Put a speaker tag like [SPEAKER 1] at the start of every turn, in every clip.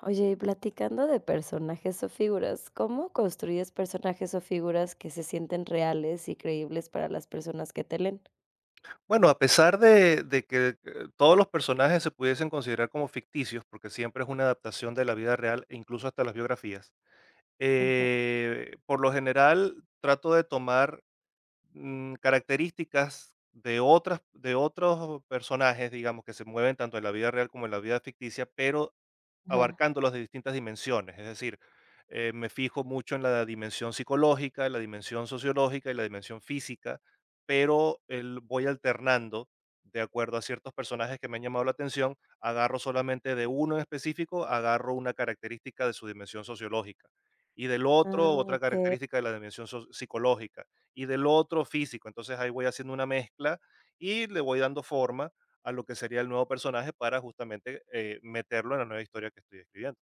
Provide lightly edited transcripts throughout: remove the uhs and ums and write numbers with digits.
[SPEAKER 1] Oye, y platicando de personajes o figuras, ¿cómo construyes personajes o figuras que se sienten reales y creíbles para las personas que te leen?
[SPEAKER 2] Bueno, a pesar de que todos los personajes se pudiesen considerar como ficticios, porque siempre es una adaptación de la vida real e incluso hasta las biografías, por lo general trato de tomar características de otros personajes, digamos, que se mueven tanto en la vida real como en la vida ficticia, pero
[SPEAKER 1] Ajá.
[SPEAKER 2] abarcándolos de distintas dimensiones, es decir, me fijo mucho en la dimensión psicológica, la dimensión sociológica y la dimensión física, pero voy alternando de acuerdo a ciertos personajes que me han llamado la atención, agarro solamente de uno en específico, agarro una característica de su dimensión sociológica y del otro
[SPEAKER 1] Ah,
[SPEAKER 2] otra
[SPEAKER 1] okey.
[SPEAKER 2] característica de la dimensión psicológica y del otro físico, entonces ahí voy haciendo una mezcla y le voy dando forma a lo que sería el nuevo personaje para justamente meterlo en la nueva historia que estoy escribiendo.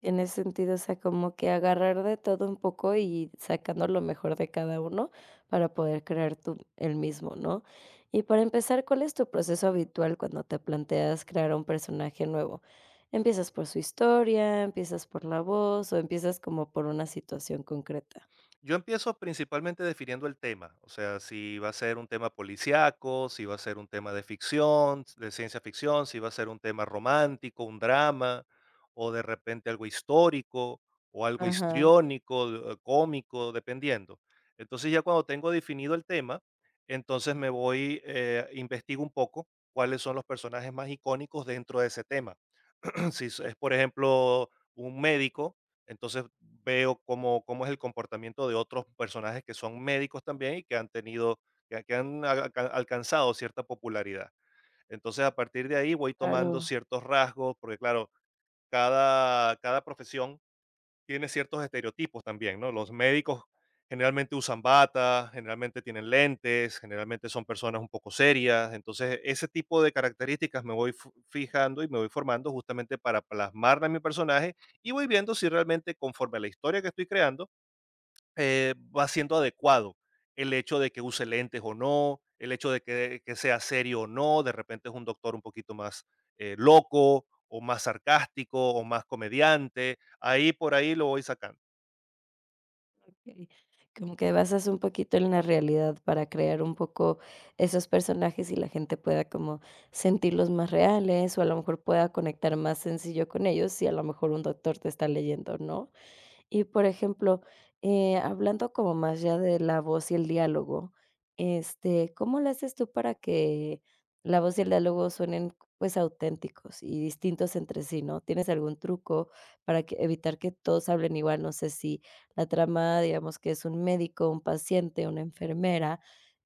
[SPEAKER 1] Tiene sentido, o sea, como que agarrar de todo un poco y sacando lo mejor de cada uno para poder crear tú el mismo, ¿no? Y para empezar, ¿cuál es tu proceso habitual cuando te planteas crear un personaje nuevo? ¿Empiezas por su historia, empiezas por la voz o empiezas como por una situación concreta?
[SPEAKER 2] Yo empiezo principalmente definiendo el tema, o sea, si va a ser un tema policíaco, si va a ser un tema de ficción, de ciencia ficción, si va a ser un tema romántico, un drama, o de repente algo histórico, o algo
[SPEAKER 1] Ajá,
[SPEAKER 2] histriónico, cómico, dependiendo. Entonces ya cuando tengo definido el tema, entonces investigo un poco cuáles son los personajes más icónicos dentro de ese tema. Si es, por ejemplo, un médico, entonces veo cómo, cómo es el comportamiento de otros personajes que son médicos también y que han tenido, que han alca- alcanzado cierta popularidad. Entonces a partir de ahí voy tomando
[SPEAKER 1] claro.
[SPEAKER 2] ciertos rasgos, porque claro, cada, cada profesión tiene ciertos estereotipos también, ¿no? Los médicos generalmente usan bata, generalmente tienen lentes, generalmente son personas un poco serias. Entonces, ese tipo de características me voy fijando y me voy formando justamente para plasmarla en mi personaje y voy viendo si realmente conforme a la historia que estoy creando va siendo adecuado el hecho de que use lentes o no, el hecho de que sea serio o no, de repente es un doctor un poquito más loco o más sarcástico o más comediante, ahí por ahí lo voy sacando.
[SPEAKER 1] Okey. Como que basas un poquito en la realidad para crear un poco esos personajes y la gente pueda como sentirlos más reales, o a lo mejor pueda conectar más sencillo con ellos si a lo mejor un doctor te está leyendo, ¿no? Y por ejemplo, hablando como más ya de la voz y el diálogo, este, ¿cómo le haces tú para que la voz y el diálogo suenen, pues, auténticos y distintos entre sí, no? ¿Tienes algún truco para que evitar que todos hablen igual? No sé si la trama, digamos que es un médico, un paciente, una enfermera,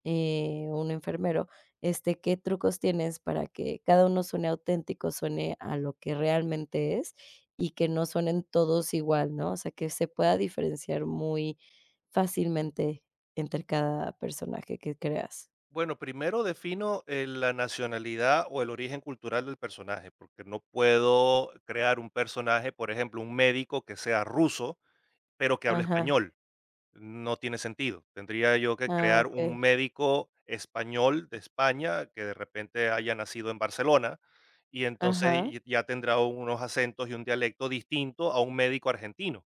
[SPEAKER 1] un enfermero, este, ¿qué trucos tienes para que cada uno suene auténtico, suene a lo que realmente es? Y que no suenen todos igual, ¿no? O sea, que se pueda diferenciar muy fácilmente entre cada personaje que creas.
[SPEAKER 2] Bueno, primero defino, la nacionalidad o el origen cultural del personaje, porque no puedo crear un personaje, por ejemplo, un médico que sea ruso, pero que hable
[SPEAKER 1] Ajá.
[SPEAKER 2] español no tiene sentido. Tendría yo que
[SPEAKER 1] Ah,
[SPEAKER 2] crear un
[SPEAKER 1] okey.
[SPEAKER 2] médico español de España que de repente haya nacido en Barcelona y entonces
[SPEAKER 1] Ajá.
[SPEAKER 2] ya tendrá unos acentos y un dialecto distinto a un médico argentino.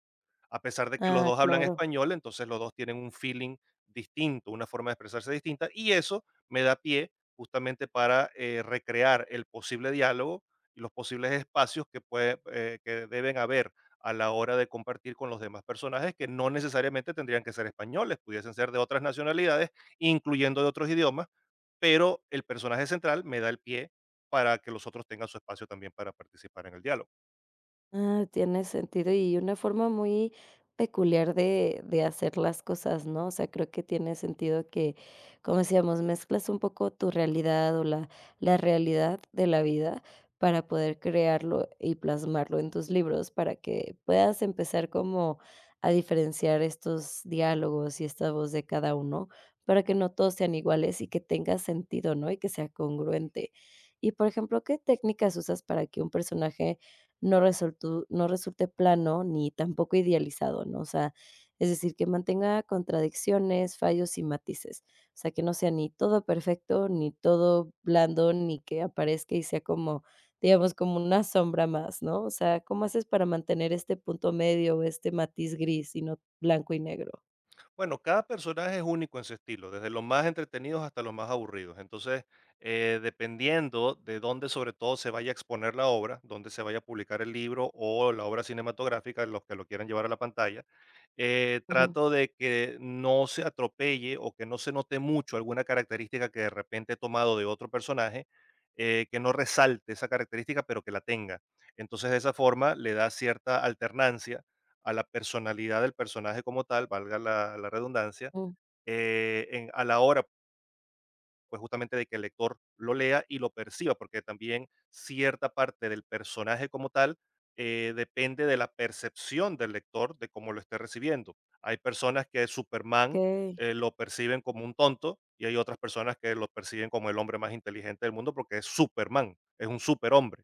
[SPEAKER 2] A pesar de que los
[SPEAKER 1] Ah,
[SPEAKER 2] dos hablan
[SPEAKER 1] claro.
[SPEAKER 2] español, entonces los dos tienen un feeling distinto, una forma de expresarse distinta y eso me da pie justamente para recrear el posible diálogo y los posibles espacios que deben haber a la hora de compartir con los demás personajes que no necesariamente tendrían que ser españoles, pudiesen ser de otras nacionalidades, incluyendo de otros idiomas, pero el personaje central me da el pie para que los otros tengan su espacio también para participar en el diálogo.
[SPEAKER 1] Ah, tiene sentido y una forma muy peculiar de hacer las cosas, ¿no? O sea, creo que tiene sentido que, como decíamos, mezclas un poco tu realidad o la realidad de la vida para poder crearlo y plasmarlo en tus libros, para que puedas empezar como a diferenciar estos diálogos y esta voz de cada uno, para que no todos sean iguales y que tenga sentido, ¿no? Y que sea congruente. Y, por ejemplo, ¿qué técnicas usas para que un personaje no resulte plano ni tampoco idealizado, ¿no? O sea, es decir, que mantenga contradicciones, fallos y matices. O sea, que no sea ni todo perfecto, ni todo blando, ni que aparezca y sea como, digamos, como una sombra más, ¿no? O sea, ¿cómo haces para mantener este punto medio, este matiz gris y no blanco y negro?
[SPEAKER 2] Bueno, cada personaje es único en su estilo, desde los más entretenidos hasta los más aburridos. Entonces, dependiendo de dónde sobre todo se vaya a exponer la obra, dónde se vaya a publicar el libro o la obra cinematográfica, los que lo quieran llevar a la pantalla.
[SPEAKER 1] Ujú,
[SPEAKER 2] Trato de que no se atropelle o que no se note mucho alguna característica que de repente he tomado de otro personaje, que no resalte esa característica, pero que la tenga. Entonces, de esa forma le da cierta alternancia a la personalidad del personaje como tal, valga la redundancia,
[SPEAKER 1] mm,
[SPEAKER 2] a la hora pues justamente de que el lector lo lea y lo perciba, porque también cierta parte del personaje como tal depende de la percepción del lector de cómo lo esté recibiendo. Hay personas que Superman
[SPEAKER 1] okey,
[SPEAKER 2] lo perciben como un tonto y hay otras personas que lo perciben como el hombre más inteligente del mundo porque es Superman, es un superhombre.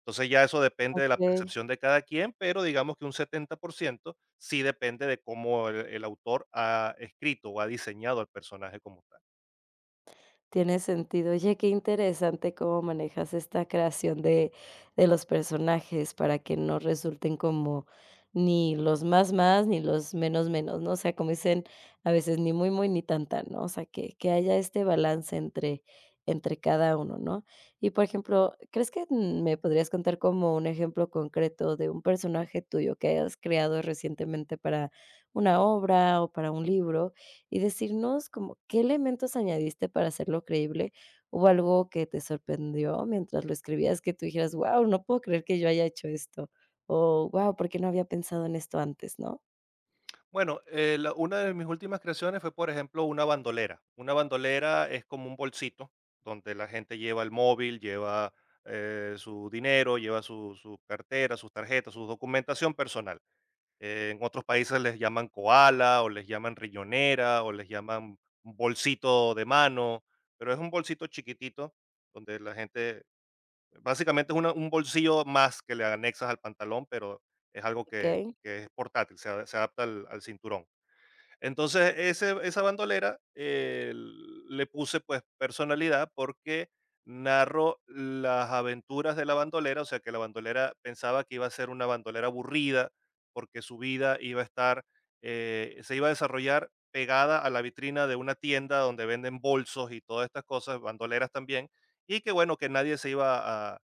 [SPEAKER 2] Entonces ya eso depende de la
[SPEAKER 1] okey.
[SPEAKER 2] percepción de cada quien, pero digamos que un 70% sí depende de cómo el autor ha escrito o ha diseñado al personaje como tal.
[SPEAKER 1] Tiene sentido. Oye, qué interesante cómo manejas esta creación de los personajes para que no resulten como ni los más, más, ni los menos, menos, ¿no? O sea, como dicen a veces, ni muy, muy, ni tan, tan, ¿no? O sea, que haya este balance entre cada uno, ¿no? Y, por ejemplo, ¿crees que me podrías contar como un ejemplo concreto de un personaje tuyo que hayas creado recientemente para una obra o para un libro? Y decirnos como qué elementos añadiste para hacerlo creíble. ¿Hubo algo que te sorprendió mientras lo escribías que tú dijeras: "Guau, no puedo creer que yo haya hecho esto", o "Guau, por qué no había pensado en esto antes", no?
[SPEAKER 2] Bueno, una de mis últimas creaciones fue, por ejemplo, una bandolera. Una bandolera es como un bolsito donde la gente lleva el móvil, lleva su dinero, lleva su cartera, sus tarjetas, su documentación personal. En otros países les llaman koala o les llaman riñonera o les llaman bolsito de mano, pero es un bolsito chiquitito donde la gente, básicamente es un bolsillo más que le anexas al pantalón, pero es algo
[SPEAKER 1] Okey,
[SPEAKER 2] que es portátil, se adapta al cinturón. Entonces, esa bandolera le puse pues personalidad porque narro las aventuras de la bandolera, o sea que la bandolera pensaba que iba a ser una bandolera aburrida porque su vida se iba a desarrollar pegada a la vitrina de una tienda donde venden bolsos y todas estas cosas, bandoleras también, y que bueno, que nadie se iba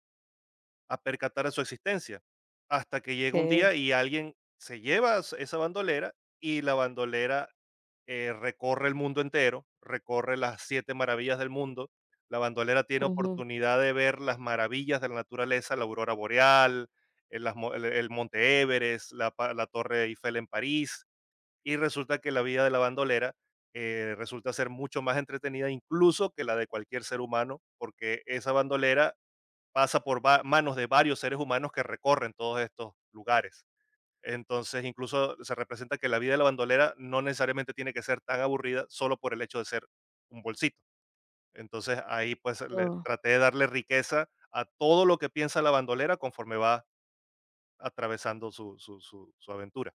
[SPEAKER 2] a percatar de su existencia, hasta que llega un
[SPEAKER 1] okey.
[SPEAKER 2] día y alguien se lleva esa bandolera y la bandolera recorre el mundo entero, recorre las siete maravillas del mundo. La bandolera tiene
[SPEAKER 1] Ujú.
[SPEAKER 2] oportunidad de ver las maravillas de la naturaleza, la aurora boreal, el, las mo- el monte Everest, la torre Eiffel en París, y resulta que la vida de la bandolera resulta ser mucho más entretenida incluso que la de cualquier ser humano, porque esa bandolera pasa por manos de varios seres humanos que recorren todos estos lugares. Entonces, incluso se representa que la vida de la bandolera no necesariamente tiene que ser tan aburrida solo por el hecho de ser un bolsito. Entonces, ahí pues le traté de darle riqueza a todo lo que piensa la bandolera conforme va atravesando su aventura.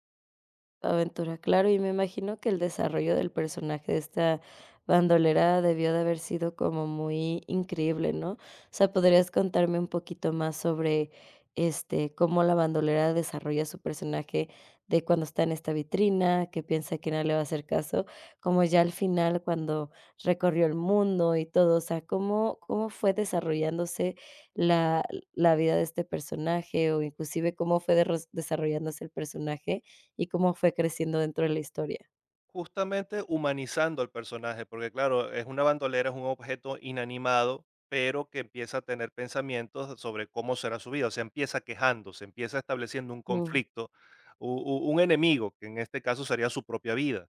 [SPEAKER 1] Aventura, claro, y me imagino que el desarrollo del personaje de esta bandolera debió de haber sido como muy increíble, ¿no? O sea, ¿podrías contarme un poquito más sobre, este, cómo la bandolera desarrolla su personaje de cuando está en esta vitrina, que piensa que nadie le va a hacer caso, como ya al final cuando recorrió el mundo y todo? O sea, ¿cómo fue desarrollándose la vida de este personaje o inclusive cómo fue derros desarrollándose el personaje? Y cómo fue creciendo dentro de la historia.
[SPEAKER 2] Justamente humanizando al personaje, porque claro, es una bandolera, es un objeto inanimado, pero que empieza a tener pensamientos sobre cómo será su vida. O sea, empieza quejándose, empieza estableciendo un
[SPEAKER 1] Mm,
[SPEAKER 2] conflicto, un enemigo, que en este caso sería su propia vida.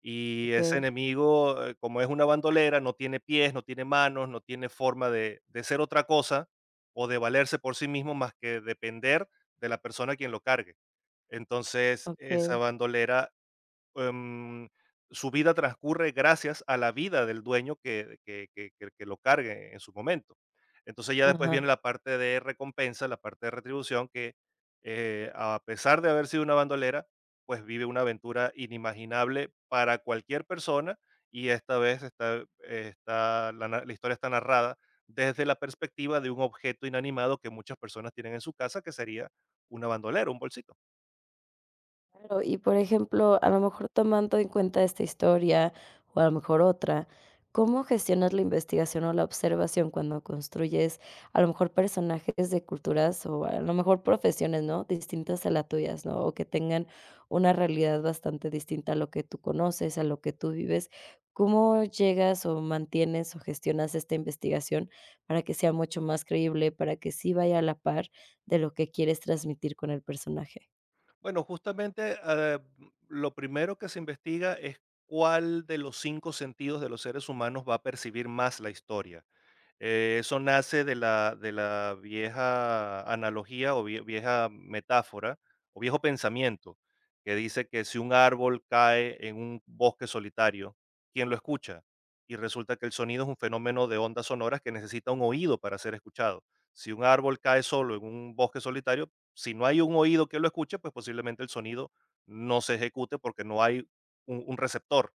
[SPEAKER 2] Y ese
[SPEAKER 1] okey,
[SPEAKER 2] enemigo, como es una bandolera, no tiene pies, no tiene manos, no tiene forma de ser otra cosa o de valerse por sí mismo más que depender de la persona a quien lo cargue. Entonces, esa
[SPEAKER 1] okey.
[SPEAKER 2] bandolera em, su vida transcurre gracias a la vida del dueño que lo cargue en su momento. Entonces ya después viene
[SPEAKER 1] Ajá.
[SPEAKER 2] la parte de recompensa, la parte de retribución, que a pesar de haber sido una bandolera, pues vive una aventura inimaginable para cualquier persona y esta vez la historia está narrada desde la perspectiva de un objeto inanimado que muchas personas tienen en su casa, que sería una bandolera, un bolsito.
[SPEAKER 1] Claro, y por ejemplo, a lo mejor tomando en cuenta esta historia o a lo mejor otra, ¿cómo gestionas la investigación o la observación cuando construyes a lo mejor personajes de culturas o a lo mejor profesiones, ¿no? Distintas a las tuyas, ¿no? O que tengan una realidad bastante distinta a lo que tú conoces, a lo que tú vives. ¿Cómo llegas o mantienes o gestionas esta investigación para que sea mucho más creíble, para que sí vaya a la par de lo que quieres transmitir con el personaje?
[SPEAKER 2] Bueno, justamente, ah, lo primero que se investiga es cuál de los 5 sentidos de los seres humanos va a percibir más la historia. Eso nace de la vieja analogía o vieja metáfora o viejo pensamiento que dice que si un árbol cae en un bosque solitario, ¿quién lo escucha? Y resulta que el sonido es un fenómeno de ondas sonoras que necesita un oído para ser escuchado. Si un árbol cae solo en un bosque solitario, si no hay un oído que lo escuche, pues posiblemente el sonido no se ejecute porque no hay un receptor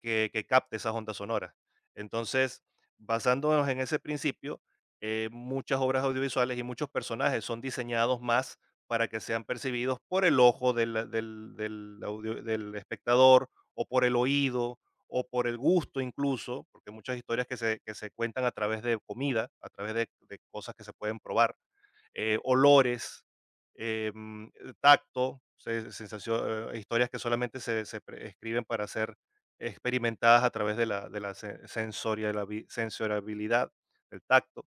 [SPEAKER 2] que capte esas ondas sonoras. Entonces, basándonos en ese principio, muchas obras audiovisuales y muchos personajes son diseñados más para que sean percibidos por el ojo del audio del espectador, o por el oído, o por el gusto incluso, porque hay muchas historias que se cuentan a través de comida, a través de cosas que se pueden probar, olores, em, tacto, se sensacio historias que solamente se pre escriben para hacer experimentadas a través de la se sensorialabi sensorialidad del tacto.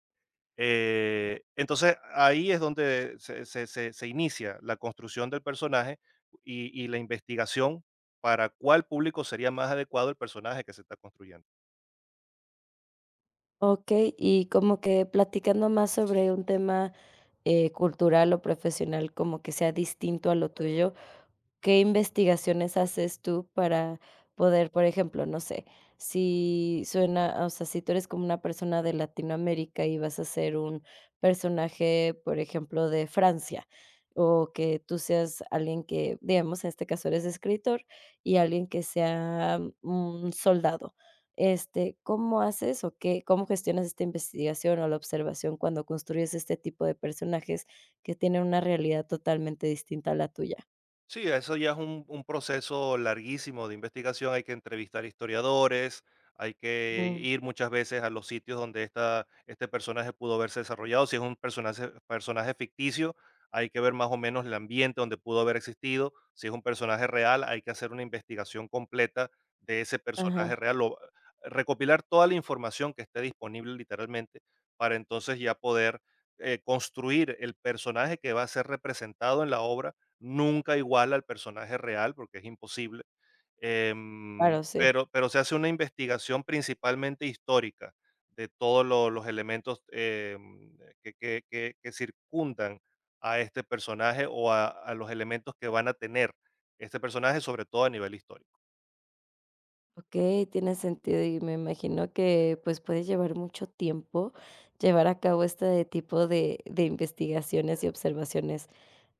[SPEAKER 2] Entonces, ahí es donde se inicia la construcción del personaje y la investigación para cuál público sería más adecuado el personaje que se está construyendo.
[SPEAKER 1] Okey, y como que platicando más sobre un tema, cultural o profesional, como que sea distinto a lo tuyo, ¿qué investigaciones haces tú para poder, por ejemplo, no sé, si suena, o sea, si tú eres como una persona de Latinoamérica y vas a ser un personaje, por ejemplo, de Francia, o que tú seas alguien que, digamos, en este caso eres escritor y alguien que sea un soldado. Este, ¿cómo haces o qué, cómo gestionas esta investigación o la observación cuando construyes este tipo de personajes que tienen una realidad totalmente distinta a la tuya?
[SPEAKER 2] Sí, eso ya es un proceso larguísimo de investigación. Hay que entrevistar historiadores, hay que ir muchas veces a los sitios donde este personaje pudo haberse desarrollado. Si es un personaje ficticio, hay que ver más o menos el ambiente donde pudo haber existido. Si es un personaje real, hay que hacer una investigación completa de ese personaje
[SPEAKER 1] Ajá,
[SPEAKER 2] real, o recopilar toda la información que esté disponible literalmente para entonces ya poder construir el personaje que va a ser representado en la obra nunca iguala al personaje real, porque es imposible,
[SPEAKER 1] claro, sí.
[SPEAKER 2] pero se hace una investigación principalmente histórica de todos lo los elementos, que circundan a este personaje o a los elementos que van a tener este personaje, sobre todo a nivel histórico.
[SPEAKER 1] Okey, tiene sentido, y me imagino que, pues, puede llevar mucho tiempo llevar a cabo este tipo de investigaciones y observaciones.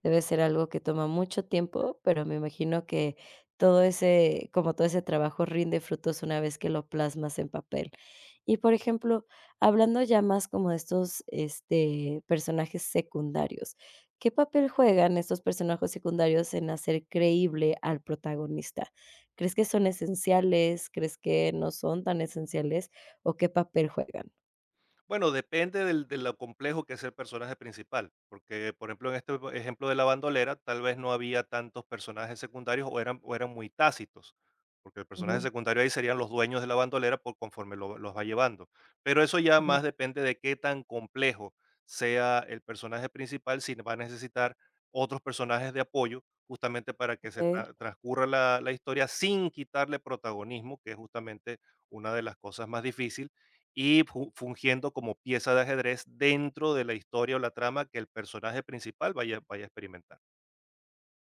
[SPEAKER 1] Debe ser algo que toma mucho tiempo, pero me imagino que todo ese como todo ese trabajo rinde frutos una vez que lo plasmas en papel. Y, por ejemplo, hablando ya más como de estos, este, personajes secundarios, ¿qué papel juegan estos personajes secundarios en hacer creíble al protagonista? ¿Crees que son esenciales? ¿Crees que no son tan esenciales? ¿O qué papel juegan?
[SPEAKER 2] Bueno, depende del, de lo complejo que es el personaje principal, porque por ejemplo en este ejemplo de la bandolera tal vez no había tantos personajes secundarios o eran muy tácitos, porque el personaje
[SPEAKER 1] Ujú,
[SPEAKER 2] secundario ahí serían los dueños de la bandolera por conforme los va llevando. Pero eso ya
[SPEAKER 1] ujú,
[SPEAKER 2] más depende de qué tan complejo sea el personaje principal, si va a necesitar otros personajes de apoyo justamente para que se
[SPEAKER 1] okey.
[SPEAKER 2] transcurra la, la historia sin quitarle protagonismo, que es justamente una de las cosas más difíciles y fungiendo como pieza de ajedrez dentro de la historia o la trama que el personaje principal vaya a experimentar.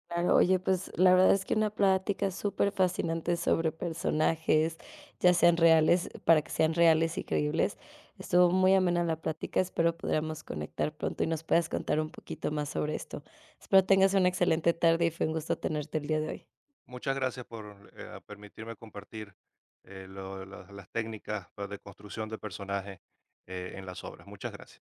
[SPEAKER 1] Claro, oye, pues la verdad es que una plática súper fascinante sobre personajes, ya sean reales, para que sean reales y creíbles. Estuvo muy amena la plática, espero podamos conectar pronto y nos puedas contar un poquito más sobre esto. Espero tengas una excelente tarde y fue un gusto tenerte el día de hoy.
[SPEAKER 2] Muchas gracias por permitirme compartir las técnicas pues, de construcción de personajes en las obras. Muchas gracias.